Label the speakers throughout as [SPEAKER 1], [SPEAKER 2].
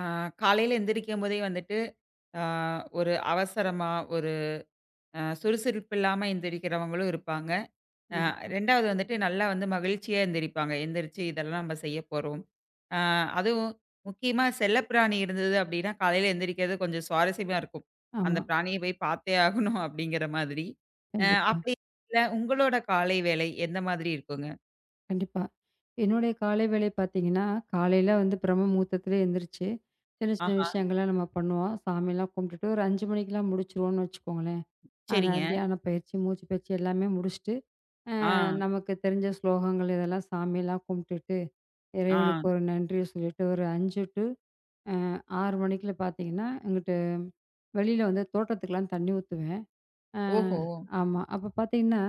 [SPEAKER 1] ஆ. காலையில எந்திரிக்கும்போதே வந்துட்டு, ஆ, ஒரு அவசரமா, ஒரு சுறுசுறுப்பு இல்லாம எந்திரிக்கிறவங்களும் இருப்பாங்க. அ
[SPEAKER 2] கண்டிப்பா.
[SPEAKER 1] 2வது வந்துட்டு நல்லா வந்து மகிழ்ச்சியா எந்திரிப்பாங்க. எந்திரிச்சு இதெல்லாம் நம்ம செய்ய போறோம். ஆ, அதுவும் முக்கியமா செல்லப்பிராணி இருந்தது அப்படின்னா, காலையில எந்திரிக்கிறது கொஞ்சம் சுவாரஸ்யமா இருக்கும். அந்த
[SPEAKER 2] ஆமா.
[SPEAKER 1] பிராணிய போய் பார்த்தே ஆகணும் அப்படிங்கிற மாதிரி. அ
[SPEAKER 2] கண்டிப்பா,
[SPEAKER 1] அப்படி இல்ல, உங்களோட காலை வேலை எந்த மாதிரி இருக்குங்க?
[SPEAKER 2] கண்டிப்பா. என்னுடைய காலை வேலை பார்த்தீங்கன்னா, காலையில வந்து பிரம்ம முகூர்த்தத்திலே எந்திரிச்சு, சின்ன சின்ன
[SPEAKER 1] ஆஹா!
[SPEAKER 2] விஷயங்கள்லாம் நம்ம பண்ணுவோம். சாமிலாம் கும்பிட்டுட்டு ஒரு 5 மணிக்கெல்லாம் முடிச்சுருவோம்னு வச்சுக்கோங்களேன். அந்த
[SPEAKER 1] சரிங்க.
[SPEAKER 2] தியான பயிற்சி, மூச்சு பயிற்சி எல்லாமே முடிச்சுட்டு, அ
[SPEAKER 1] ஆ,
[SPEAKER 2] நமக்கு தெரிஞ்ச ஸ்லோகங்கள் இதெல்லாம் சாமியெல்லாம் கும்பிட்டுட்டு,
[SPEAKER 1] ஆ.
[SPEAKER 2] இறைவனுக்கு ஒரு நன்றிய சொல்லிட்டு ஒரு 5 டூ அ 6 மணிக்குள்ள பார்த்தீங்கன்னா, எங்கிட்டு வெளியில வந்து தோட்டத்துக்குலாம் தண்ணி ஊத்துவேன். ஆ,
[SPEAKER 1] ஓஹோ!
[SPEAKER 2] ஆமா. அப்ப பார்த்தீங்கன்னா,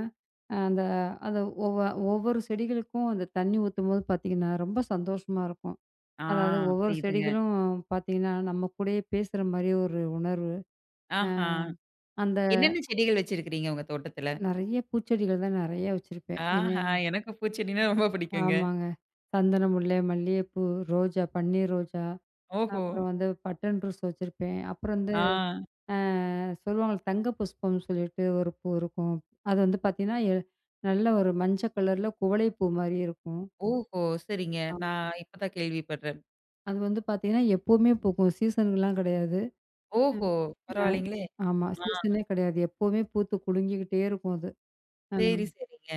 [SPEAKER 2] அந்த அந்த ஒவ்வ ஒவ்வொரு செடிகளுக்கும் அந்த தண்ணி ஊத்தும்போது பார்த்தீங்கன்னா, ரொம்ப சந்தோஷமா இருக்கும்.
[SPEAKER 1] ஆ,
[SPEAKER 2] அதாவது ஒவ்வொரு
[SPEAKER 1] புரியுதுங்க.
[SPEAKER 2] செடிகளும் பார்த்தீங்கன்னா, நம்ம கூடயே பேசுற மாரி ஒரு உணர்வு. அ
[SPEAKER 1] ஆஹா!
[SPEAKER 2] அந்த
[SPEAKER 1] என்னென்ன செடிகள் வச்சிருக்கிறீங்க உங்க தோட்டத்துல?
[SPEAKER 2] நெறைய பூச்செடிகள் தான் நெறைய வச்சிருப்பேன்.
[SPEAKER 1] ஆஹா! எனக்கு பூச்செடின்னா ரொம்ப பிடிக்குங்க.
[SPEAKER 2] ஆமாங்க. சந்தன முல்லை, மல்லிகைப்பூ, ரோஜா, பன்னீர் ரோஜா,
[SPEAKER 1] ஓஹோ!
[SPEAKER 2] அப்புறம் வந்து பட்டன் ரோஸ் வச்சிருப்பேன். அப்புறம் வந்து
[SPEAKER 1] ஆ.
[SPEAKER 2] அ சொல்லுவாங்கல்ல தங்க புஷ்பம்னு சொல்லிட்டு ஒரு பூ இருக்கும். அது வந்து பார்த்தீங்கன்னா, நல்ல ஒரு மஞ்சள் கலர்ல குவளை பூ மாரி இருக்கும்.
[SPEAKER 1] ஓஹோ! சரிங்க.
[SPEAKER 2] ஆமா.
[SPEAKER 1] நான் இப்ப தான் கேள்விப்படுறேன்.
[SPEAKER 2] அது வந்து பார்த்தீங்கன்னா, எப்பவுமே பூக்கும். சீசனுக்குலாம் கிடையாது. ம்.
[SPEAKER 1] ஓஹோ!
[SPEAKER 2] அ
[SPEAKER 1] பரவாயில்லைங்களே!
[SPEAKER 2] ஆமா.
[SPEAKER 1] ஆ.
[SPEAKER 2] சீசனே கிடையாது. எப்பவுமே பூத்து குலுங்கிக்கிட்டே இருக்கும் அது. ஆ.
[SPEAKER 1] சரி, சரிங்க.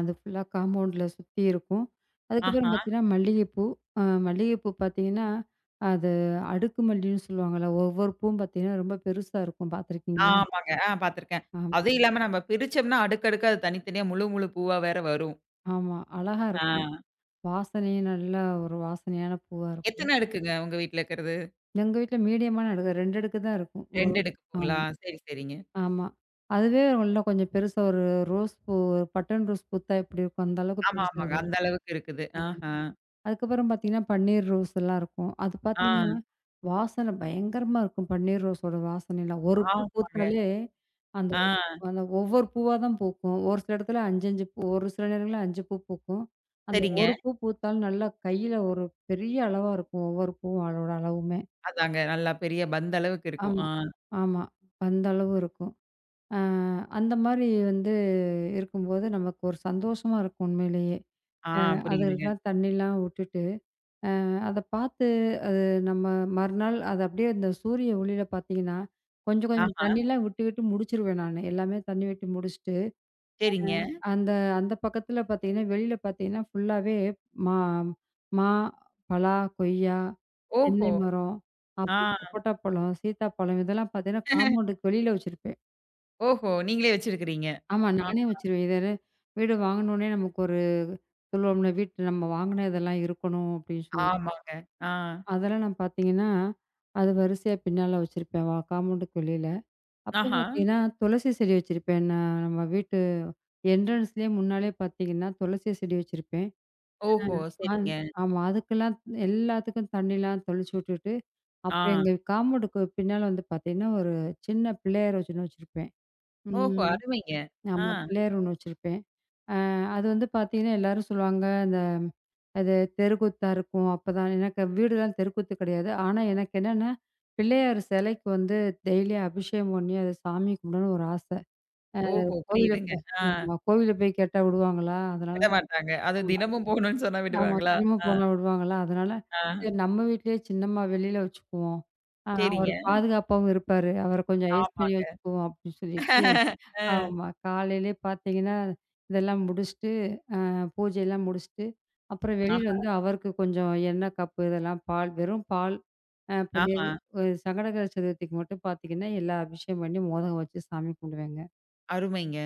[SPEAKER 2] அது ஃபுல்லா காம்பவுண்ட்ல சுத்தி இருக்கும். அதுக்கப்புறம்
[SPEAKER 1] ஆஹா.
[SPEAKER 2] பார்த்தீங்கன்னா, மல்லிகைப்பூ. மல்லிகைப்பூ பார்த்தீங்கன்னா, அது அடுக்கு மல்லின்னு சொல்லுவாங்கல்ல. ஒவ்வொரு பூவும் பார்த்தீங்கன்னா, ரொம்ப பெருசா இருக்கும். பார்த்துருக்கீங்களா?
[SPEAKER 1] ஆமாங்க. ஆ, பார்த்துருக்கேன்.
[SPEAKER 2] ஆமா,
[SPEAKER 1] அதுவும் இல்லாம நம்ம பிரிச்சோம்னா அடுக்கடுக்கா அது தனித்தனியா முழு முழு பூவா வேற வரும்.
[SPEAKER 2] ஆமா. அழகா
[SPEAKER 1] ஆ.
[SPEAKER 2] இருக்கும். வாசனையும் நல்ல ஒரு வாசனையான பூவா இருக்கும்.
[SPEAKER 1] எத்தன அடுக்குங்க உங்க வீட்ல இருக்கிறது?
[SPEAKER 2] எங்க வீட்ல மீடியமான அடுக்கு. 2 அடுக்கு தான் இருக்கும். ஓ!
[SPEAKER 1] 2 அடுக்குங்களா?
[SPEAKER 2] ஆமா.
[SPEAKER 1] சரி, சரிங்க.
[SPEAKER 2] ஆமா. அதுவே உள்ள கொஞ்சம் பெருசா ஒரு ரோஸ் பூ ஒரு பட்டன் ரோஸ் பூத்தா எப்படி இருக்கும், அந்த அளவுக்கு
[SPEAKER 1] ஆமா,
[SPEAKER 2] பெருசா
[SPEAKER 1] ஆமாங்க.
[SPEAKER 2] தான்
[SPEAKER 1] அந்த
[SPEAKER 2] இருக்கும்.
[SPEAKER 1] அளவுக்கு இருக்குது.
[SPEAKER 2] ஆமா.
[SPEAKER 1] ஆஹா!
[SPEAKER 2] அதுக்கப்புறம் பார்த்தீங்கன்னா, பன்னீர் ரோஸ் எல்லாம் இருக்கும். அது
[SPEAKER 1] ஆ.
[SPEAKER 2] பார்த்தீங்கன்னா, வாசனை பயங்கரமா இருக்கும். பன்னீர் ரோஸோட வாசனைலாம். ஒரு பூ
[SPEAKER 1] ஆமாங்க.
[SPEAKER 2] பூத்தாலே, அந்த
[SPEAKER 1] ஆ.
[SPEAKER 2] அந்த ஒவ்வொரு பூவா தான் பூக்கும். ஒரு சில இடத்துல 5, 5 பூ ஒரு சில நேரங்கள்ல 5 பூ பூக்கும். அந்த
[SPEAKER 1] சரிங்க.
[SPEAKER 2] ஒரு பூ பூத்தாலும் நல்லா கையில ஒரு பெரிய அளவா இருக்கும். ஒவ்வொரு பூவும் அதோட அளவுமே.
[SPEAKER 1] அதாங்க, நல்லா பெரிய பந்த அளவுக்கு இருக்கும்.
[SPEAKER 2] ஆமா,
[SPEAKER 1] ஆ.
[SPEAKER 2] ஆமா. அந்த அளவு இருக்கும். அ அந்த மாரி வந்து இருக்கும்போது நமக்கு ஒரு சந்தோஷமா இருக்கும் உண்மையிலேயே.
[SPEAKER 1] ஆ, புரியுதுங்க.
[SPEAKER 2] அதெல்லாம் தண்ணிலாம் விட்டுட்டு, அ அத பார்த்து அது நம்ம மறுநாள் அது அப்படியே இந்த சூரிய ஒளியில பார்த்தீங்கன்னா, கொஞ்சம் கொஞ்சம்
[SPEAKER 1] ஆஹா,
[SPEAKER 2] தண்ணிலாம் விட்டு விட்டு முடிச்சிருவேன் நானு. எல்லாமே தண்ணி விட்டு முடிச்சுட்டு,
[SPEAKER 1] சரிங்க.
[SPEAKER 2] அந்த அந்த பக்கத்துல பார்த்தீங்கன்னா, வெளியில பார்த்தீங்கன்னா ஃபுல்லாவே மா மா, பலா, கொய்யா, தென்னை
[SPEAKER 1] ஓஹோ!
[SPEAKER 2] மரம், அப்புறம்
[SPEAKER 1] ஆ.
[SPEAKER 2] சப்போட்டா பழம், சீத்தாப்பழம் இதெல்லாம் பார்த்தீங்கன்னா, காம்பவுண்டுக்கு வெளியில வச்சிருப்பேன்.
[SPEAKER 1] ஓஹோ! நீங்களே வச்சிருக்கிறீங்க.
[SPEAKER 2] ஆமா
[SPEAKER 1] ஆ,
[SPEAKER 2] நானே வச்சிருவேன். இத வீடு வாங்குனோனே நமக்கு ஒரு சொல்லுவோம்ல வீட்ல நம்ம வாங்குன இதெல்லாம் இருக்கணும் அப்படின்னு சொல்லிட்டு.
[SPEAKER 1] ஆமாங்க. ஆ.
[SPEAKER 2] அதெல்லாம் நான் பார்த்தீங்கன்னா, அது வரிசையா பின்னால வச்சிருப்பேன் வா காம்பவுண்டுக்கு வெளியில. அப்புறம்
[SPEAKER 1] ஆஹா.
[SPEAKER 2] பார்த்தீங்கன்னா, துளசி செடி வச்சிருப்பேன். நான் நம்ம வீட்டு என்ட்ரன்ஸ்லயே முன்னாலயே பார்த்தீங்கன்னா, துளசி செடி வச்சிருப்பேன்.
[SPEAKER 1] ஓஹோ!
[SPEAKER 2] அந்
[SPEAKER 1] சரிங்க.
[SPEAKER 2] ஆமா. அதுக்கெல்லாம் எல்லாத்துக்கும் தண்ணிலாம் தெளிச்சு விட்டுட்டு, அப்புறம்
[SPEAKER 1] ஆ.
[SPEAKER 2] எங்க காம்பவுண்டுக்கு பின்னால வந்து பார்த்தீங்கன்னா, ஒரு சின்ன பிள்ளையார் ஒண்ணு வச்சிருப்பேன்.
[SPEAKER 1] ஓஹோ!
[SPEAKER 2] ம்.
[SPEAKER 1] அருமைங்க. ஆ.
[SPEAKER 2] ஆமா. பிள்ளையார் ஒண்ணு வச்சிருப்பேன். அது வந்து பார்த்தீங்கன்னா, எல்லாரும் சொல்லுவாங்க, அது தெருக்கூத்தா இருக்கும். அப்பதான் எனக்கு வீடுலாம் தெருக்கூத்து கிடையாது. ஆனா, எனக்கு என்னன்னா, பிள்ளையார் சிலைக்கு வந்து டெய்லியும் அபிஷேகம் பண்ணி, அத சாமி கும்பிடணும்னு ஒரு ஆசை.
[SPEAKER 1] ஓஹோ!
[SPEAKER 2] கோவில்ல
[SPEAKER 1] புரியுதுங்க.
[SPEAKER 2] போய்
[SPEAKER 1] ஆ.
[SPEAKER 2] ஆமா. கோவில்ல போய் கேட்டா விடுவாங்களா? அதனால
[SPEAKER 1] விடமாட்டாங்க. அது
[SPEAKER 2] ஆமா,
[SPEAKER 1] தினமும் போகணும்னு சொன்னா
[SPEAKER 2] ஆமா.
[SPEAKER 1] விடுவாங்களா?
[SPEAKER 2] திரும்ப
[SPEAKER 1] ஆ,
[SPEAKER 2] போனா விடுவாங்களா? அதனால
[SPEAKER 1] ஆ.
[SPEAKER 2] சரி நம்ம வீட்லயே சின்னம்மா வெளியில வச்சுக்குவோம். ஆ அவர்
[SPEAKER 1] சரிங்க.
[SPEAKER 2] பாதுகாப்பாவும் இருப்பாரு. அவர கொஞ்சம் ஐஸ் பண்ணி
[SPEAKER 1] ஆமாங்க.
[SPEAKER 2] வச்சுக்குவோம் அப்படின்னு சொல்லிட்டு
[SPEAKER 1] அ.
[SPEAKER 2] ஆமா. காலையிலயே பார்த்தீங்கன்னா, இதெல்லாம் முடிச்சுட்டு பூஜையெல்லாம் முடிச்சுட்டு, அப்புறம் வெளியில
[SPEAKER 1] ஆஹா,
[SPEAKER 2] வந்து அவருக்கு கொஞ்சம் எண்ணெய் கப்பு இதெல்லாம் பால் வெறும் பால் பன்னீர்
[SPEAKER 1] ஆஹா.
[SPEAKER 2] சங்கடகர சதுர்த்திக்கு மட்டும் பார்த்தீங்கன்னா, எல்லாம் அபிஷேகம் பண்ணி மோதகம் வச்சு சாமி கும்பிடுவேங்க.
[SPEAKER 1] அருமைங்க.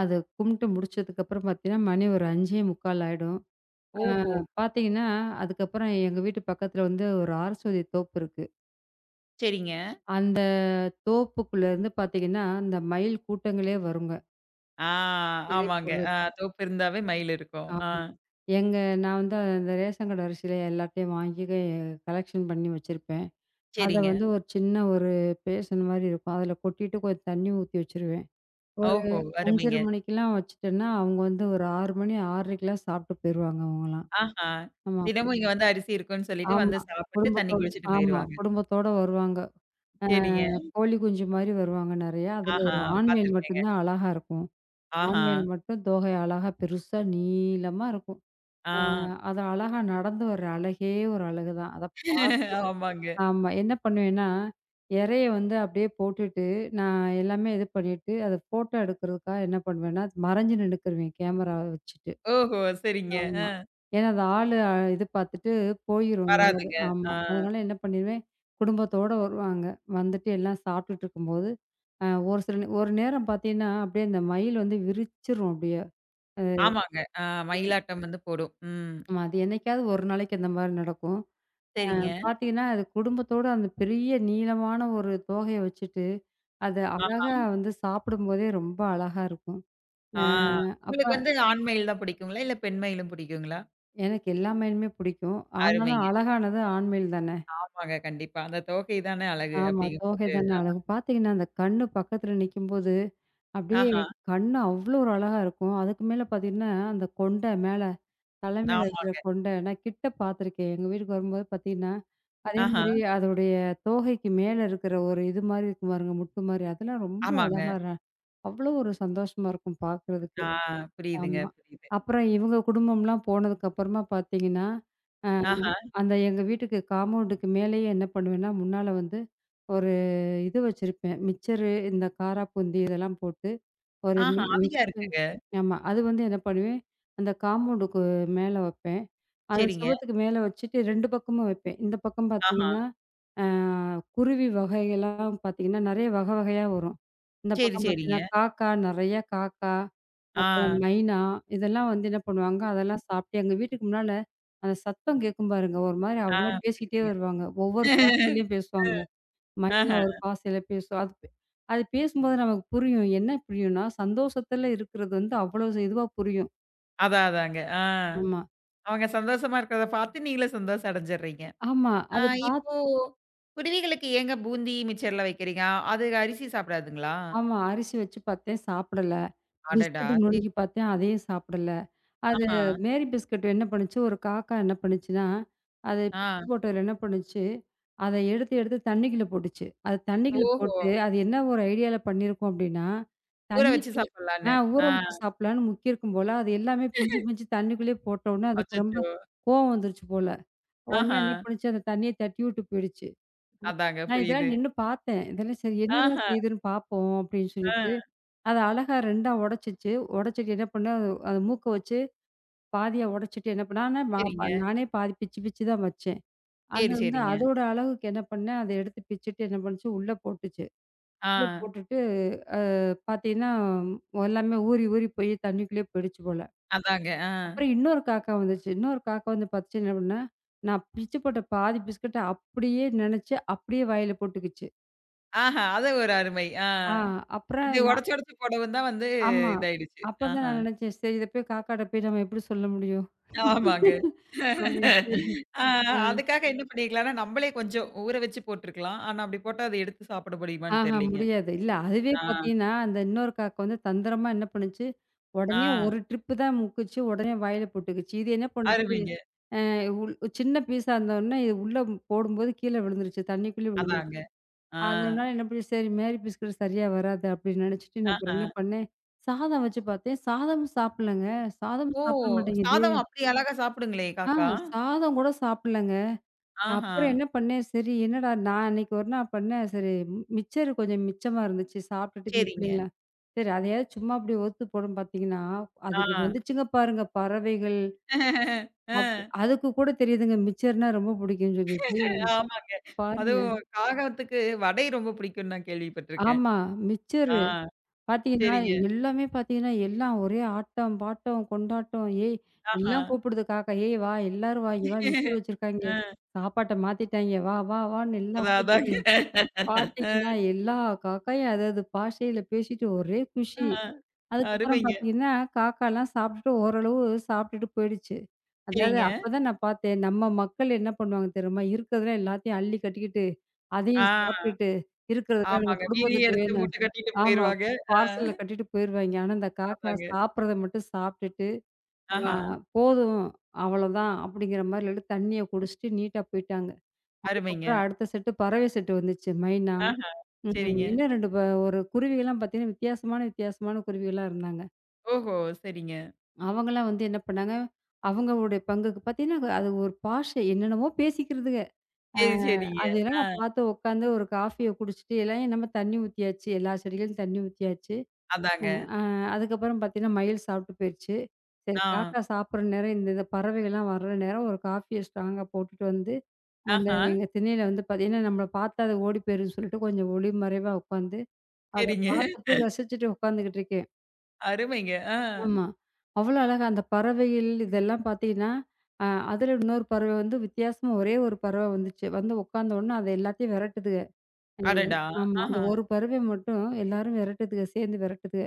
[SPEAKER 2] அது கும்பிட்டு முடிச்சதுக்கப்புறம் பார்த்தீங்கன்னா, மணி ஒரு 5:15 ஆயிடும். அ
[SPEAKER 1] ஓஹோ!
[SPEAKER 2] பார்த்தீங்கன்னா, அதுக்கப்புறம் எங்க வீட்டு பக்கத்துல வந்து ஒரு ஆரஸ்வதி தோப்பு இருக்கு.
[SPEAKER 1] சரிங்க.
[SPEAKER 2] அந்த தோப்புக்குள்ளேருந்து பார்த்தீங்கன்னா, அந்த மயில் கூட்டங்களே வருங்க.
[SPEAKER 1] ஆ,
[SPEAKER 2] இரை
[SPEAKER 1] ஆமாங்க. ஆ,
[SPEAKER 2] போடுறதுக்கு.
[SPEAKER 1] தோப்பு இருந்தாவே மயில் இருக்கும். ஆ.
[SPEAKER 2] ஆமா. எங்க நான் வந்து அந்த ரேஷன் கடை அரிசியில எல்லாத்தையும் வாங்கி கலெக்ஷன் பண்ணி வச்சிருப்பேன். அத
[SPEAKER 1] சரிங்க.
[SPEAKER 2] வந்து ஒரு சின்ன ஒரு பேஷன் மாரி இருக்கும். அதில கொட்டிட்டு கொஞ்சம் தண்ணி ஊத்தி வச்சுருவேன். ஒரு
[SPEAKER 1] ஓஹோ! அருமைங்க.
[SPEAKER 2] 5:30 மணிக்கெல்லாம் வச்சுட்டேன்னா, அவங்க வந்து ஒரு 6 மணி 6:30க்கெல்லாம் சாப்பிட்டு போயிருவாங்க அவங்கலாம்.
[SPEAKER 1] ஆஹா!
[SPEAKER 2] ஆமா.
[SPEAKER 1] தினமும் இங்க வந்து அரிசி இருக்குன்னு சொல்லிட்டு
[SPEAKER 2] ஆமா.
[SPEAKER 1] வந்து சாப்பிட்டு, தண்ணி
[SPEAKER 2] குடும்பத்தோட
[SPEAKER 1] குடிச்சுட்டு
[SPEAKER 2] ஆமா.
[SPEAKER 1] போயிருவாங்க.
[SPEAKER 2] குடும்பத்தோட வருவாங்க. அ
[SPEAKER 1] சரிங்க.
[SPEAKER 2] கோழி குஞ்சு மாரி வருவாங்க நெறையா. அதில
[SPEAKER 1] ஆஹா!
[SPEAKER 2] ஒரு ஆண்மயில் மட்டும்
[SPEAKER 1] பார்த்துருக்கேங்க.
[SPEAKER 2] தான் அழகா இருக்கும்.
[SPEAKER 1] ஆஹா!
[SPEAKER 2] ஆண்மயில் மட்டும் தோகை அழகா பெருசா நீளமா இருக்கும்.
[SPEAKER 1] ஆ.
[SPEAKER 2] அ அது அழகா நடந்து வர்ற அழகே ஒரு அழகு தான்.
[SPEAKER 1] ஆமாங்க.
[SPEAKER 2] ஆமா. என்ன பண்ணுவேன்னா, எரைய வந்து அப்படியே போட்டுட்டு, நான் எல்லாமே இது பண்ணிட்டு, அத ஃபோட்டோ எடுக்கிறதுக்காக என்ன பண்ணுவேன்னா, மறைஞ்சு நின்னுக்குருவேன் கேமராவ வச்சுட்டு.
[SPEAKER 1] ஓஹோ! சரிங்க.
[SPEAKER 2] ஆமா.
[SPEAKER 1] அ.
[SPEAKER 2] ஏன்னா அது ஆளு இது பார்த்துட்டு போயிரும் எங்கேயாவது.
[SPEAKER 1] வராதுங்க.
[SPEAKER 2] ஆமா.
[SPEAKER 1] ஆ.
[SPEAKER 2] அதனால என்ன பண்ணிருவேன், குடும்பத்தோட வருவாங்க. வந்துட்டு எல்லாம் சாப்பிட்டுட்டு இருக்கும்போது, அ ஒரு சில நே ஒரு நேரம் பார்த்தீங்கன்னா, அப்படியே அந்த மயில் வந்து விரிச்சிரும் அப்படியே.
[SPEAKER 1] ஆமாங்க. ஆ, மயிலாட்டம் வந்து போடும். ம்.
[SPEAKER 2] ஆமா. அது என்னைக்காவது ஒரு நாளைக்கு அந்த மாரி நடக்கும்.
[SPEAKER 1] சரிங்க.
[SPEAKER 2] பார்த்தீங்கன்னா, அது குடும்பத்தோட அந்த பெரிய நீளமான ஒரு தோகைய வச்சுட்டு, அது
[SPEAKER 1] ஆஹா!
[SPEAKER 2] அழகா வந்து சாப்பிடும்போதே ரொம்ப அழகா இருக்கும். அ
[SPEAKER 1] ஆ.
[SPEAKER 2] அப்ப
[SPEAKER 1] உங்களுக்கு வந்து ஆண் மயில் தான் பிடிக்குங்களா? இல்ல பெண் மயிலும் பிடிக்குங்களா?
[SPEAKER 2] எனக்கு எல்லா மயிலுமே பிடிக்கும். ஆனாலும்
[SPEAKER 1] அருமைங்க.
[SPEAKER 2] அழகானது ஆண் மயில் தானே!
[SPEAKER 1] ஆமாங்க. கண்டிப்பா. அந்த தோகை தானே அழகு
[SPEAKER 2] ஆமா. தோகை
[SPEAKER 1] அப்படிங்கும்போது
[SPEAKER 2] தானே அழகு. பார்த்தீங்கன்னா, அந்த கண்ணு பக்கத்துல நிக்கும்போது, அப்படியே
[SPEAKER 1] ஆஹா!
[SPEAKER 2] கண்ணு அவ்வளோ ஒரு அழகா இருக்கும். அதுக்கு மேல பார்த்தீங்கன்னா, அந்த கொண்ட மேல தலைமையில
[SPEAKER 1] ஆமா.
[SPEAKER 2] இருக்கிற கொண்ட நான் கிட்ட பார்த்துருக்கேன். எங்க வீட்டுக்கு வரும்போது பார்த்தீங்கன்னா,
[SPEAKER 1] ஆஹா!
[SPEAKER 2] அதேமாரி அதோடைய தோகைக்கு மேல இருக்கிற ஒரு இது மாரி இருக்கும் பாருங்க, முட்டு மாரி. அதெல்லாம் ரொம்ப
[SPEAKER 1] ஆமாங்க.
[SPEAKER 2] அழகா அவ்வளோ ஒரு சந்தோஷமா இருக்கும் பார்க்குறதுக்கு.
[SPEAKER 1] ஆ, புரியுதுங்க,
[SPEAKER 2] ஆமா.
[SPEAKER 1] புரியுது.
[SPEAKER 2] அப்புறம் இவங்க குடும்பம்லாம் போனதுக்கப்புறமா பார்த்தீங்கன்னா, அ
[SPEAKER 1] ஆஹா!
[SPEAKER 2] அந்த எங்க வீட்டுக்கு காம்பவுண்டுக்கு மேலேயே என்ன பண்ணுவேன்னா, முன்னால வந்து இது வச்சிருப்பேன். மிச்சரு இந்த காராப்பூந்தி இதெல்லாம் போட்டு ஒரு
[SPEAKER 1] ஆஹா! அது ஏன்
[SPEAKER 2] மிக்ஸு
[SPEAKER 1] இருக்குங்க?
[SPEAKER 2] ஆமா. அது வந்து என்ன பண்ணுவேன், அந்த காம்பவுண்டுக்கு மேல வப்பேன். அத
[SPEAKER 1] சரிங்க.
[SPEAKER 2] சுவத்துக்கு மேல வச்சுட்டு 2 பக்கமும் வைப்பேன். இந்த பக்கம்
[SPEAKER 1] ஆஹா.
[SPEAKER 2] பார்த்தீங்கன்னா, அ குருவி வகைகள்லாம் பார்த்தீங்கன்னா, நெறைய வகை வகையா வரும். இந்த
[SPEAKER 1] சரி,
[SPEAKER 2] பக்கம்
[SPEAKER 1] சரிங்க.
[SPEAKER 2] பார்த்தீங்கன்னா, காக்கா நெறைய காக்கா, அப்புறம்
[SPEAKER 1] ஆ,
[SPEAKER 2] மைனா இதெல்லாம் வந்து என்ன பண்ணுவாங்க, அதெல்லாம் சாப்பிட்டு எங்க வீட்டுக்கு முன்னால அந்த சத்தம் கேட்கும் பாருங்க, ஒரு மாரி
[SPEAKER 1] ஆ,
[SPEAKER 2] அவங்களே பேசிக்கிட்டே
[SPEAKER 1] புரியுதுங்க.
[SPEAKER 2] வருவாங்க. ஒவ்வொரு பாஷையிலயும்
[SPEAKER 1] அ,
[SPEAKER 2] பேசுவாங்க.
[SPEAKER 1] ஆஹ.
[SPEAKER 2] மைனா ஒரு பாசையில பேசும். அது பேசும்போது நமக்கு புரியும். என்ன புரியும்னா, சந்தோஷத்துல இருக்கிறது வந்து அவ்வளோ இதுவா புரியும்.
[SPEAKER 1] அதான், அதாங்க. ஆ.
[SPEAKER 2] ஆமா.
[SPEAKER 1] அவங்க சந்தோஷமா இருக்கிறத பார்த்து நீங்களும் சந்தோஷம் அடைஞ்சிடுறீங்க.
[SPEAKER 2] ஆமா.
[SPEAKER 1] ஆ,
[SPEAKER 2] அது பாத்
[SPEAKER 1] இப்போ குருவிகளுக்கு ஏங்க பூந்தி மிச்சர்லாம் வைக்கிறீங்க? அது அரிசி சாப்பிடாதுங்களா?
[SPEAKER 2] ஆமா. அரிசி வச்சு பார்த்தேன் சாப்பிடல.
[SPEAKER 1] அடடா!
[SPEAKER 2] பிஸ்கட்
[SPEAKER 1] சரி.
[SPEAKER 2] நொறுக்கி பார்த்தேன், அதையும் சாப்பிடல. அது
[SPEAKER 1] ஆஹா.
[SPEAKER 2] மேரி பிஸ்கட் என்ன பண்ணுச்சு, ஒரு காக்கா என்ன பண்ணுச்சுன்னா, அது பிச்சு
[SPEAKER 1] ஆ.
[SPEAKER 2] போட்டதுல என்ன பண்ணுச்சு, அத எடுத்து எடுத்து தண்ணிக்குள்ள போட்டுச்சு. அது தண்ணிக்குள்ள
[SPEAKER 1] ஓஹோ!
[SPEAKER 2] போட்டு, அது என்ன ஒரு ஐடியால பண்ணியிருக்கும் அப்படின்னா,
[SPEAKER 1] ஊற வச்சு
[SPEAKER 2] தண்ணிக்குள்ள ஆ
[SPEAKER 1] சாப்பிடலான்னு.
[SPEAKER 2] ஊற
[SPEAKER 1] ஆ.
[SPEAKER 2] வச்சு சாப்பிடலான்னு முக்கியிருக்கும் போல, அது எல்லாமே பிஞ்சு பிஞ்சு தண்ணிக்குள்ளேயே போட்டவுடனே அதுக்கு ரொம்ப
[SPEAKER 1] அச்சச்சோ!
[SPEAKER 2] கோவம் வந்துருச்சு போல. உடனே
[SPEAKER 1] ஆஹா.
[SPEAKER 2] என்ன பண்ணுச்சு, அந்த தண்ணிய தட்டி விட்டு போயிடுச்சு. அப்
[SPEAKER 1] அதாங்க
[SPEAKER 2] நான்
[SPEAKER 1] புரியுது.
[SPEAKER 2] இதெல்லாம் நின்னு பார்த்தேன். இதெல்லாம் சரி என்னதான்
[SPEAKER 1] ஆஹா.
[SPEAKER 2] செய்யுதுன்னு பார்ப்போம் அப்படின்னு சொல்லிட்டு,
[SPEAKER 1] ஆ.
[SPEAKER 2] அத அழகா 2ஆ உடைச்சுச்சு. உடைச்சிட்டு என்ன பண்ணு, அது மூக்க வச்சு பாதியா உடைச்சுட்டு என்ன பண்ணேன்,
[SPEAKER 1] சரிங்க.
[SPEAKER 2] நானே பாதி பிச்சு பிச்சு தான் வச்சேன். அது
[SPEAKER 1] சரி,
[SPEAKER 2] வந்து
[SPEAKER 1] சரிங்க.
[SPEAKER 2] அதோட அளவுக்கு என்ன பண்ணேன், அத எடுத்து பிச்சுட்டு என்ன பண்ணுச்சு, உள்ள போட்டுச்சு.
[SPEAKER 1] ஆ.
[SPEAKER 2] உள்ள போட்டுட்டு அ பார்த்தீங்கன்னா, ம், எல்லாமே ஊறி ஊறி போய் தண்ணிக்குள்ளேயே போயிடுச்சு போல.
[SPEAKER 1] அதாங்க. ஆ.
[SPEAKER 2] அப்புறம் இன்னொரு காக்கா வந்துச்சு. இன்னொரு காக்கா வந்து பார்த்துச்சு என்ன பண்ணா, நான் பிச்சு போட்ட பாதி பிஸ்கட்ட அப்படியே நெனச்சு, அப்படியே வாயில போட்டுக்கிச்சு.
[SPEAKER 1] ஆஹா, அது ஒரு அருமை. ஆ.
[SPEAKER 2] ஆ அப்புறம்
[SPEAKER 1] இது
[SPEAKER 2] நான்
[SPEAKER 1] உடைச்சு உடைச்சு போடவும் தான் வந்து
[SPEAKER 2] ஆமா.
[SPEAKER 1] இதாயிடுச்சு.
[SPEAKER 2] அப்பதான்
[SPEAKER 1] ஆஹா.
[SPEAKER 2] நான் நெனச்சேன், சரி இத போய் காக்காட்ட போய் நம்ம எப்படி சொல்ல முடியும்?
[SPEAKER 1] ஆமாங்க.
[SPEAKER 2] அப்படின்ட்டு.
[SPEAKER 1] ஆ,
[SPEAKER 2] அ.
[SPEAKER 1] அதுக்காக என்ன பண்ணியிருக்கலாம்னா, நம்மளே கொஞ்சம் ஊற வச்சு போட்டுருக்கலாம். ஆனா அப்படி போட்டா அத எடுத்து சாப்பிட முடியுமான்னு
[SPEAKER 2] ஆஹா,
[SPEAKER 1] தெரியலைங்க.
[SPEAKER 2] முடியாது. இல்ல அதுவே
[SPEAKER 1] ஆ,
[SPEAKER 2] பார்த்தீங்கன்னா, அந்த இன்னொரு காக்கா வந்து தந்திரமா என்ன பண்ணுச்சு, உடனே
[SPEAKER 1] ஆ.
[SPEAKER 2] ஒரு ட்ரிப்பு தான் முக்குச்சு. உடனே வாயில போட்டுக்குச்சு. இது என்ன பண்ணுச்சு,
[SPEAKER 1] அருமைங்க.
[SPEAKER 2] அ உள் சின்ன பீஸா இருந்தவுனே இது உள்ள போடும்போது கீழ விழுந்துருச்சு. தண்ணிக்குள்ள
[SPEAKER 1] அதாங்க.
[SPEAKER 2] விழுந்துருச்சு.
[SPEAKER 1] ஆ.
[SPEAKER 2] அதனால என்ன பண்ணிச்சு, சரி மேரி பிஸ்கட் சரியா வராது அப்படின்னு நினச்சுட்டு, நான் அப்புறம்
[SPEAKER 1] ஆஹா.
[SPEAKER 2] என்ன பண்ணேன், சாதம் வச்சு பார்த்தேன். சாதமும் சாப்பிடலங்க. சாதம்
[SPEAKER 1] ஓ!
[SPEAKER 2] சாப்பிட மாட்டேங்குது.
[SPEAKER 1] சாதம் அப்படி அழகா சாப்பிடுங்களே
[SPEAKER 2] ஆ
[SPEAKER 1] காக்கா.
[SPEAKER 2] சாதம் கூட சாப்பிடலங்க.
[SPEAKER 1] ஆஹா.
[SPEAKER 2] அப்புறம் என்ன பண்ணேன், சரி என்னடா நான் அன்னைக்கு ஒரு நாள் பண்ணேன், சரி மிச்சர் கொஞ்சம் மிச்சமா இருந்துச்சு. சாப்பிட்டுட்டு இந்த
[SPEAKER 1] சரிங்க.
[SPEAKER 2] பிள்ளைங்கலாம், சரி அதையாவது சும்மா அப்படியே வறுத்து போடும் பார்த்தீங்கன்னா, அதுக்கு
[SPEAKER 1] ஆ.
[SPEAKER 2] வந்துச்சுங்க பாருங்க பறவைகள். அப்
[SPEAKER 1] அ.
[SPEAKER 2] அதுக்கு கூட தெரியுதுங்க மிச்சர்னா ரொம்ப பிடிக்கும்னு சொல்லிட்டு.
[SPEAKER 1] ஆமாங்க.
[SPEAKER 2] பாருங்க
[SPEAKER 1] அதுவும் காகத்துக்கு வடை ரொம்ப பிடிக்கும்னு நான் கேள்விப்பட்டுருக்கேன்.
[SPEAKER 2] ஆமா மிச்சரு
[SPEAKER 1] ஆ.
[SPEAKER 2] பார்த்தீங்கன்னா,
[SPEAKER 1] சரிங்க.
[SPEAKER 2] எல்லாமே பார்த்தீங்கன்னா, எல்லாம் ஒரே ஆட்டம், பாட்டம், கொண்டாட்டம். ஏய்
[SPEAKER 1] ஆஹா.
[SPEAKER 2] எல்லாம் கூப்பிடுது காக்கா, "ஏய் வா எல்லாரும் வா, இங்க வா மிச்சர் வச்சிருக்காய்ங்க.
[SPEAKER 1] ஆ.
[SPEAKER 2] சாப்பாட்ட மாத்திட்டாய்ங்க. வா, வா, வான்னு" எல்லாம்
[SPEAKER 1] அதான்,
[SPEAKER 2] கூப்பிடுது.
[SPEAKER 1] அதாங்க.
[SPEAKER 2] பார்த்தீங்கன்னா, எல்லா காக்காயும் அதது பாஷையில பேசிட்டு ஒரே குஷி.
[SPEAKER 1] ஆ.
[SPEAKER 2] அதுக்கப்புறம்
[SPEAKER 1] அருமைங்க.
[SPEAKER 2] பார்த்தீங்கன்னா, காக்காலாம் சாப்பிட்டுட்டு ஓரளவு சாப்பிட்டுட்டு போயிடுச்சு. அதாவது
[SPEAKER 1] சரிங்க.
[SPEAKER 2] அப்பதான் நான் பார்த்தேன், நம்ம மக்கள் என்ன பண்ணுவாங்க தெரியுமா? இருக்கிறதுல எல்லாத்தையும் அள்ளி கட்டிக்கிட்டு, அதையும்
[SPEAKER 1] ஆ.
[SPEAKER 2] சாப்பிட்டுட்டு, இருக்கிறதுல நம்ம
[SPEAKER 1] ஆமாங்க. மீதிய
[SPEAKER 2] குடும்பத்துக்கு
[SPEAKER 1] எடுத்து
[SPEAKER 2] வேணும்
[SPEAKER 1] மூட்ட கட்டிட்டு
[SPEAKER 2] ஆமா.
[SPEAKER 1] போயிருவாங்க. ஆ.
[SPEAKER 2] பார்சல்ல கட்டிட்டு போயிருவாய்ங்க. ஆனா, இந்த காக்கா
[SPEAKER 1] அதாங்க.
[SPEAKER 2] சாப்பிடுறத மட்டும் சாப்பிட்டுட்டு, அ
[SPEAKER 1] ஆஹா.
[SPEAKER 2] போதும் அவ்வளோதான் அப்படிங்கிற மாரி சொல்லிட்டு தண்ணிய குடிச்சுட்டு நீட்டா போயிட்டாங்க. அதுக்கப்புறம்
[SPEAKER 1] அருமைங்க.
[SPEAKER 2] அடுத்த செட்டு பறவை செட்டு வந்துச்சு, மைனா.
[SPEAKER 1] ஆஹா.
[SPEAKER 2] ம்ஹ்ம்.
[SPEAKER 1] சரிங்க.
[SPEAKER 2] இன்னும் 2 ப ஒரு குருவிகள்லாம் பார்த்தீங்கன்னா, வித்தியாசமான, வித்தியாசமான குருவிகள்லாம் இருந்தாங்க.
[SPEAKER 1] ஓஹோ! சரிங்க.
[SPEAKER 2] அவங்கலாம் வந்து என்ன பண்ணாங்க, அவங்களுடைய பங்குக்கு பார்த்தீங்கன்னா, அது ஒரு பாஷை என்னென்னமோ பேசிக்கிறதுக. அ
[SPEAKER 1] சரி, சரிங்க.
[SPEAKER 2] அதெல்லாம்
[SPEAKER 1] ஆ.
[SPEAKER 2] நான் பார்த்து உட்காந்து ஒரு காஃபிய குடிச்சிட்டு, எல்லாம் நம்ம தண்ணி ஊத்தியாச்சு. எல்லா செடிகளையும் தண்ணி ஊத்தியாச்சு.
[SPEAKER 1] அதாங்க.
[SPEAKER 2] அ அதுக்கப்புறம் பார்த்தீங்கன்னா, மயில் சாப்பிட்டு போயிருச்சு. சரி
[SPEAKER 1] ஆ.
[SPEAKER 2] காக்கா சாப்பிடுற நேரம், இந்த இந்த பறவைகள்லாம் வர்ற நேரம் ஒரு காஃபிய ஸ்ட்ராங்கா போட்டுட்டு வந்து, அந்த
[SPEAKER 1] ஆஹா.
[SPEAKER 2] எங்க திண்ணையில வந்து பார்த்தீங்கன்னா, நம்மள பார்த்தா அது ஓடி போயிரும்ன்னு சொல்லிட்டு கொஞ்சம் ஒளிமறைவா உட்காந்து அத
[SPEAKER 1] சரிங்க.
[SPEAKER 2] பார்த்துட்டு ரசிச்சுட்டு உட்காந்துக்கிட்டு இருக்கேன்.
[SPEAKER 1] அருமைங்க. ஆ.
[SPEAKER 2] ஆமா. அவ்வளோ அழகா அந்த பறவைகள் இதெல்லாம் பார்த்தீங்கன்னா, அ அதில இன்னொரு பறவை வந்து வித்தியாசமா ஒரே ஒரு பறவை வந்துச்சு. வந்து உட்காந்த உடனே அது எல்லாத்தையும் விரட்டுதுக. ம்.
[SPEAKER 1] அடடா!
[SPEAKER 2] ஆமா. அந்த
[SPEAKER 1] ஆஹா.
[SPEAKER 2] ஒரு பறவை மட்டும் எல்லாரும் விரட்டுதுக, சேர்ந்து விரட்டுதுக.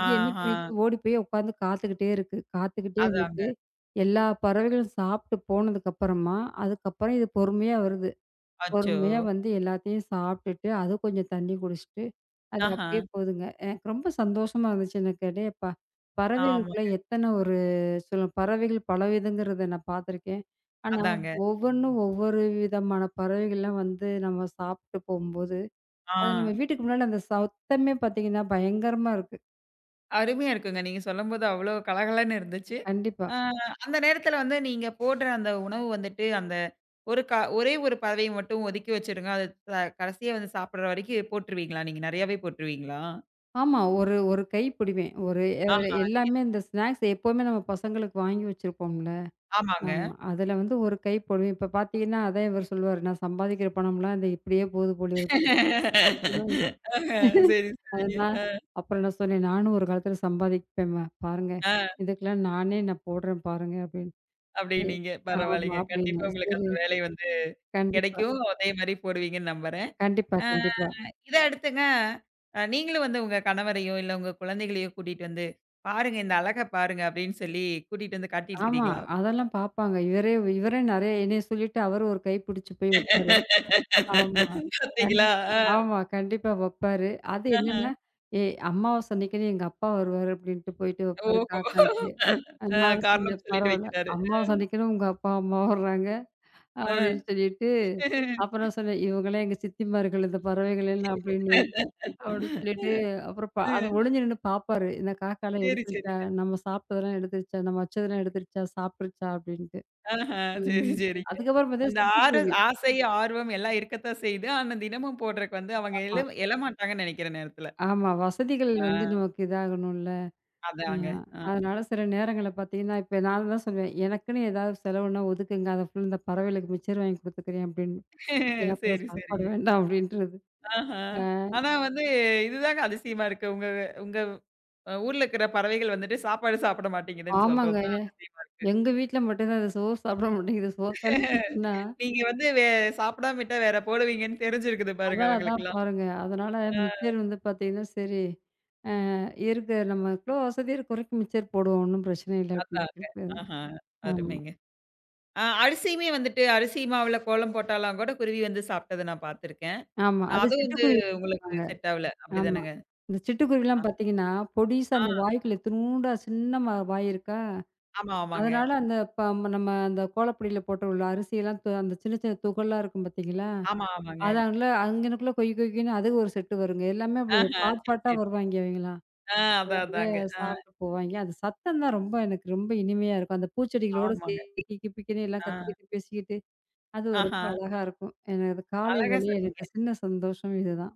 [SPEAKER 2] இது என்ன
[SPEAKER 1] ஆஹா.
[SPEAKER 2] பண்ணிச்சு, ஓடி போய் உட்காந்து காத்துக்கிட்டே இருக்கு. காத்துக்கிட்டே
[SPEAKER 1] அதாங்க.
[SPEAKER 2] இருந்துட்டு, எல்லா பறவைகளும் சாப்பிட்டு போனதுக்கப்புறமா, அதுக்கப்புறம் இது பொறுமையா வருது.
[SPEAKER 1] அச்சோ!
[SPEAKER 2] பொறுமையா வந்து எல்லாத்தையும் சாப்பிட்டுட்டு, அது கொஞ்சம் தண்ணி குடிச்சுட்டு அது
[SPEAKER 1] ஆஹா.
[SPEAKER 2] அப்படியே போதுங்க. எனக்கு ரொம்ப சந்தோஷமா இருந்துச்சு எனக்கு. அடேயப்பா! பறவைகளுக்குள்ள
[SPEAKER 1] ஆமாங்க.
[SPEAKER 2] எத்தன ஒரு சொல்ல பறவைகள் பலவிதங்கிறத நான் பார்த்துருக்கேன். ஆனா,
[SPEAKER 1] அதாங்க.
[SPEAKER 2] ஒவ்வொன்னும் ஒவ்வொரு விதமான பறவைகள்லாம் வந்து நம்ம சாப்பிட்டு போம்போது,
[SPEAKER 1] ஆ.
[SPEAKER 2] அது நம்ம வீட்டுக்கு முன்னால அந்த சத்தமே பார்த்தீங்கன்னா, பயங்கரமா இருக்கு.
[SPEAKER 1] அருமையா இருக்குங்க. நீங்க சொல்லும்போது அவ்வளோ கலகலன்னு இருந்துச்சு.
[SPEAKER 2] கண்டிப்பா.
[SPEAKER 1] ஆ, அந்த நேரத்துல வந்து நீங்க போடுற அந்த உணவு வந்துட்டு, அந்த ஒரு க ஒரே ஒரு பறவை மட்டும் ஒதுக்கி வச்சுருங்க. அது த கடைசியா வந்து சாப்பிடுற வரைக்கும் போட்டுருவீங்களா? நீங்க நெறையாவே போட்டுருவீங்களா?
[SPEAKER 2] ஆமா. ஒரு ஒரு கை பிடிவேன். ஒரு எ
[SPEAKER 1] ஆஹா, சரி.
[SPEAKER 2] எல்லாமே இந்த ஸ்நாக்ஸ் எப்பவுமே நம்ம பசங்களுக்கு வாங்கி வச்சிருப்போம்ல.
[SPEAKER 1] ஆமாங்க.
[SPEAKER 2] ஆமா. அதுல வந்து ஒரு கை போடுவேன். இப்ப பார்த்தீங்கன்னா, அதான் இவர் சொல்லுவாரு, "நான் சம்பாதிக்கிற பணம்லாம் இந்த இப்படியே போகுது போல இருக்கு."
[SPEAKER 1] ஆஹ, சரி,
[SPEAKER 2] அது
[SPEAKER 1] சரிங்க.
[SPEAKER 2] நான்
[SPEAKER 1] அ,
[SPEAKER 2] அப்புறம் நான் சொன்னேன், "நானும் ஒரு காலத்தில சம்பாதிப்பேன்ம்மா, பாருங்க.
[SPEAKER 1] ஆ,
[SPEAKER 2] இதுக்கெல்லாம் நானே நான் போடுறேன் பாருங்க" அப்படின்னு. சரி.
[SPEAKER 1] அப்டின்னீங்க.
[SPEAKER 2] ஆமா
[SPEAKER 1] பரவாயில்லைங்க.
[SPEAKER 2] அப்படின்னு.
[SPEAKER 1] கண்டிப்பா உங்களுக்கு
[SPEAKER 2] சரி.
[SPEAKER 1] அந்த வேலை வந்து
[SPEAKER 2] கண்டிப்பா.
[SPEAKER 1] கிடைக்கும். அதே மாரி போடுவீங்கன்னு நம்புறேன்.
[SPEAKER 2] கண்டிப்பா,
[SPEAKER 1] அ
[SPEAKER 2] கண்டிப்பா.
[SPEAKER 1] இத அடுத்துங்க, நீங்களும் வந்து உங்க கணவரையோ, இல்ல உங்க குழந்தைகளையோ கூட்டிட்டு வந்து, "பாருங்க இந்த அழக பாருங்க" அப்டின்னு சொல்லி கூட்டிட்டு வந்து
[SPEAKER 2] ஆமா.
[SPEAKER 1] காட்டியிருக்கிறீங்களா?
[SPEAKER 2] அதெல்லாம் பார்ப்பாங்க. இவரே இவரே நெறைய என்னைய சொல்லிட்டு அவரு ஒரு கை பிடிச்சு போய் வைப்பாரு. ஆமா.
[SPEAKER 1] பார்த்தீங்களா?
[SPEAKER 2] கண்டிப்பா.
[SPEAKER 1] ஆ,
[SPEAKER 2] ஆமா. கண்டிப்பா வைப்பாரு. அது
[SPEAKER 1] ஆஹ.
[SPEAKER 2] என்னன்னா, "ஏய் அமாவாசை அன்னைக்குன்னு எங்க அப்பா வருவாரு" அப்படின்ட்டு போயிட்டு வைப்பாரு
[SPEAKER 1] ஓஹோ!
[SPEAKER 2] காக்காய்க்கு.
[SPEAKER 1] ஆ,
[SPEAKER 2] நான்
[SPEAKER 1] காரணம்
[SPEAKER 2] சொன்னேன்,
[SPEAKER 1] சொல்லிட்டு
[SPEAKER 2] "பரவால்ல.
[SPEAKER 1] வைக்கிறாரு. அ,
[SPEAKER 2] அமாவாசை அன்னைக்குன்னு உங்க அப்பா, அம்மா வர்றாங்க"
[SPEAKER 1] அ.
[SPEAKER 2] அப்படின்னு சொல்லிட்டு. அப்புறம் சொன்னேன், "இவங்கலாம் எங்க சித்திமார்கள், இந்த பறவைகள் எல்லாம்" அப்படின்னு. அப்படி சொல்லிட்டு அப்புறம் பா
[SPEAKER 1] அ,
[SPEAKER 2] அது ஒளிஞ்சு நின்னு பாப்பாரு. இந்த காக்காலாம்
[SPEAKER 1] சரி,
[SPEAKER 2] எடுத்துருச்சா?
[SPEAKER 1] சரிங்க.
[SPEAKER 2] நம்ம சாப்பிட்டதெல்லாம் எடுத்துருச்சா? நம்ம வச்சதெல்லாம் எடுத்துருச்சா? சாப்பிட்டுருச்சா? அப்படின்ட்டு.
[SPEAKER 1] ஆஹ, சரி,
[SPEAKER 2] ம்.
[SPEAKER 1] சரிங்க.
[SPEAKER 2] அதுக்கப்புறம்
[SPEAKER 1] அந்த
[SPEAKER 2] பார்த்தீங்கன்னா
[SPEAKER 1] ஆறு
[SPEAKER 2] சிட்டுக்குருவி.
[SPEAKER 1] ஆசை, ஆர்வம் எல்லாம் இருக்கத்தான் செய்யுது. ஆனா தினமும் போடுறக்கு வந்து அவங்க
[SPEAKER 2] ஆமா.
[SPEAKER 1] எழ எழமாட்டாங்கன்னு நெனைக்கிறேன் நேரத்துல.
[SPEAKER 2] ஆமா. வசதிகள்
[SPEAKER 1] ஆ,
[SPEAKER 2] வந்து நமக்கு இதாகணும்ல. அ
[SPEAKER 1] அதாங்க. ஆ.
[SPEAKER 2] அதனால சில நேரங்கள்ல பார்த்தீங்கன்னா, இப்ப நான் தான் சொல்லுவேன், "எனக்குன்னு ஏதாவது செலவுன்னா ஒதுக்குங்க. அத ஃபுல் இந்த பறவைகளுக்கு மிச்சர் வாங்கி குடுத்துக்கிறேன்" அப்படின்னு. "எனக்கு கூட
[SPEAKER 1] சரி,
[SPEAKER 2] சாப்பாடு
[SPEAKER 1] சரிங்க.
[SPEAKER 2] வேண்டாம்" அப்படின்றது.
[SPEAKER 1] ஆஹ.
[SPEAKER 2] அ
[SPEAKER 1] ஆனா வந்து இதுதாங்க அதிசயமா இருக்கு. உங்க உங்க ஊர்ல இருக்கிற பறவைகள் வந்துட்டு சாப்பாடு சாப்பிட மாட்டேங்குதுன்னு
[SPEAKER 2] ஆமாங்க.
[SPEAKER 1] சொல்றது தான் அதிசயமா இருக்கு.
[SPEAKER 2] எங்க வீட்ல மட்டும் தான் அது சோறு சாப்பிட மாட்டேங்குது. சோத்தாலும் ஊட்டுனா
[SPEAKER 1] நீங்க வந்து வே சாப்பிடாம விட்டா வேற போடுவீங்கன்னு தெரிஞ்சிருக்குது பாருங்க
[SPEAKER 2] அதான் அதான்
[SPEAKER 1] அவங்களுக்கெல்லாம்.
[SPEAKER 2] பாருங்க. அதனால
[SPEAKER 1] அ,
[SPEAKER 2] மிச்சர் வந்து பார்த்தீங்கன்னா, சரி அ இருக்கு நம்ம எவ்வளோ வசதி இருக்கோ வரைக்கும் மிச்சர் போடுவோம். ஒண்ணும் பிரச்சனை இல்ல அப்படின்னு
[SPEAKER 1] அதாங்க.
[SPEAKER 2] சொல்லிட்டு.
[SPEAKER 1] ஆஹா.
[SPEAKER 2] ஆமா,
[SPEAKER 1] அருமைங்க. அ, அரிசியுமே வந்துட்டு அரிசி மாவுல கோலம் போட்டாலாம் கூட குருவி வந்து சாப்பிட்டத நான் பார்த்துருக்கேன்.
[SPEAKER 2] ஆமா. அது
[SPEAKER 1] அது வந்து
[SPEAKER 2] சிட்டுக்குருவி
[SPEAKER 1] உங்களுக்கு
[SPEAKER 2] சொல்லுவாங்க.
[SPEAKER 1] செட் ஆவல.
[SPEAKER 2] ஆமா.
[SPEAKER 1] அப்படிதானங்க?
[SPEAKER 2] இந்த சிட்டுக்குருவிலாம் பார்த்தீங்கன்னா, பொடிசா
[SPEAKER 1] ஆ,
[SPEAKER 2] அந்த வாய்க்குள்ள இத்துணூண்டா சின்னமா வாய் இருக்கா?
[SPEAKER 1] ஆமா, ஆமாங்க.
[SPEAKER 2] அதனால நம்ம அந்த கோலப்பொடியில போட்டு உள்ள அரிசியெல்லாம் அந்த சின்ன சின்ன துகள்லாம் இருக்கும் பார்த்தீங்களா?
[SPEAKER 1] ஆமா, ஆமாங்க.
[SPEAKER 2] அது அங்கனக்குள்ள கொய் கொய்ன்னு அது ஒரு செட்டு வருங்க. எல்லாமே அப்படி ஒரு
[SPEAKER 1] ஆஹா.
[SPEAKER 2] பார்ட்
[SPEAKER 1] சரி,
[SPEAKER 2] பார்ட்டா
[SPEAKER 1] சரி.
[SPEAKER 2] வருவாய்ங்க அவைங்கலாம்.
[SPEAKER 1] ஆ, அதான்
[SPEAKER 2] வந்து
[SPEAKER 1] அதாங்க. ஆ,
[SPEAKER 2] சாப்பிட்டு போவாய்ங்க. அது சத்தம் தான் ரொம்ப எனக்கு ரொம்ப இனிமையா இருக்கும். அந்த பூச்செடிகளோட
[SPEAKER 1] ஆமாங்க.
[SPEAKER 2] சேர்த்து கிக்கி பிக்கின்னு எல்லாம்
[SPEAKER 1] ஆ.
[SPEAKER 2] கத்திக்கிட்டு, பேசிக்கிட்டு அது ரொம்ப
[SPEAKER 1] ஆஹா.
[SPEAKER 2] அழகா இருக்கும். எனக்கு அது காலை
[SPEAKER 1] அழகா
[SPEAKER 2] வேளையே
[SPEAKER 1] சொன்னீங்க.
[SPEAKER 2] எனக்கு சின்ன சந்தோஷம் இதுதான்.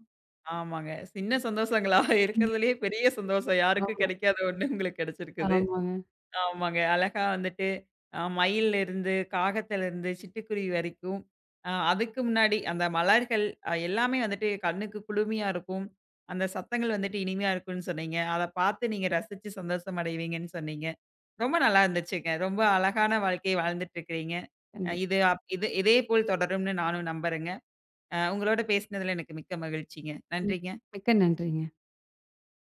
[SPEAKER 1] ஆமாங்க. சின்ன சந்தோஷங்களா?
[SPEAKER 2] ம்.
[SPEAKER 1] இருக்கிறதுலயே பெரிய சந்தோஷம். யாருக்கும்
[SPEAKER 2] ஆமா,
[SPEAKER 1] கிடைக்காத ஒண்ணு உங்களுக்கு கிடைச்சிருக்குது.
[SPEAKER 2] ஆமாங்க.
[SPEAKER 1] ஆமாங்க. அழகா வந்துட்டு மயில்லருந்து, காகத்துலருந்து, சிட்டுக்குருவி வரைக்கும். அதுக்கு முன்னாடி அந்த மலர்கள் எல்லாமே வந்துட்டு கண்ணுக்கு குளுமையா இருக்கும். அந்த சத்தங்கள் வந்துட்டு இனிமையா இருக்கும்னு சொன்னீங்க. அத பார்த்து நீங்க ரசிச்சு சந்தோஷம் அடைவீங்கன்னு சொன்னீங்க. ரொம்ப நல்லா இருந்துச்சுங்க. ரொம்ப அழகான வாழ்க்கைய வாழ்ந்துட்டு இருக்கிறீங்க. அ
[SPEAKER 2] கண்டிப்பா.
[SPEAKER 1] இது அப் இது இதே போல் தொடரும்னு நானும் நம்புறேங்க. உங்களோட பேசினதுல எனக்கு மிக்க மகிழ்ச்சிங்க.
[SPEAKER 2] ம்.
[SPEAKER 1] நன்றிங்க.
[SPEAKER 2] மிக்க நன்றிங்க.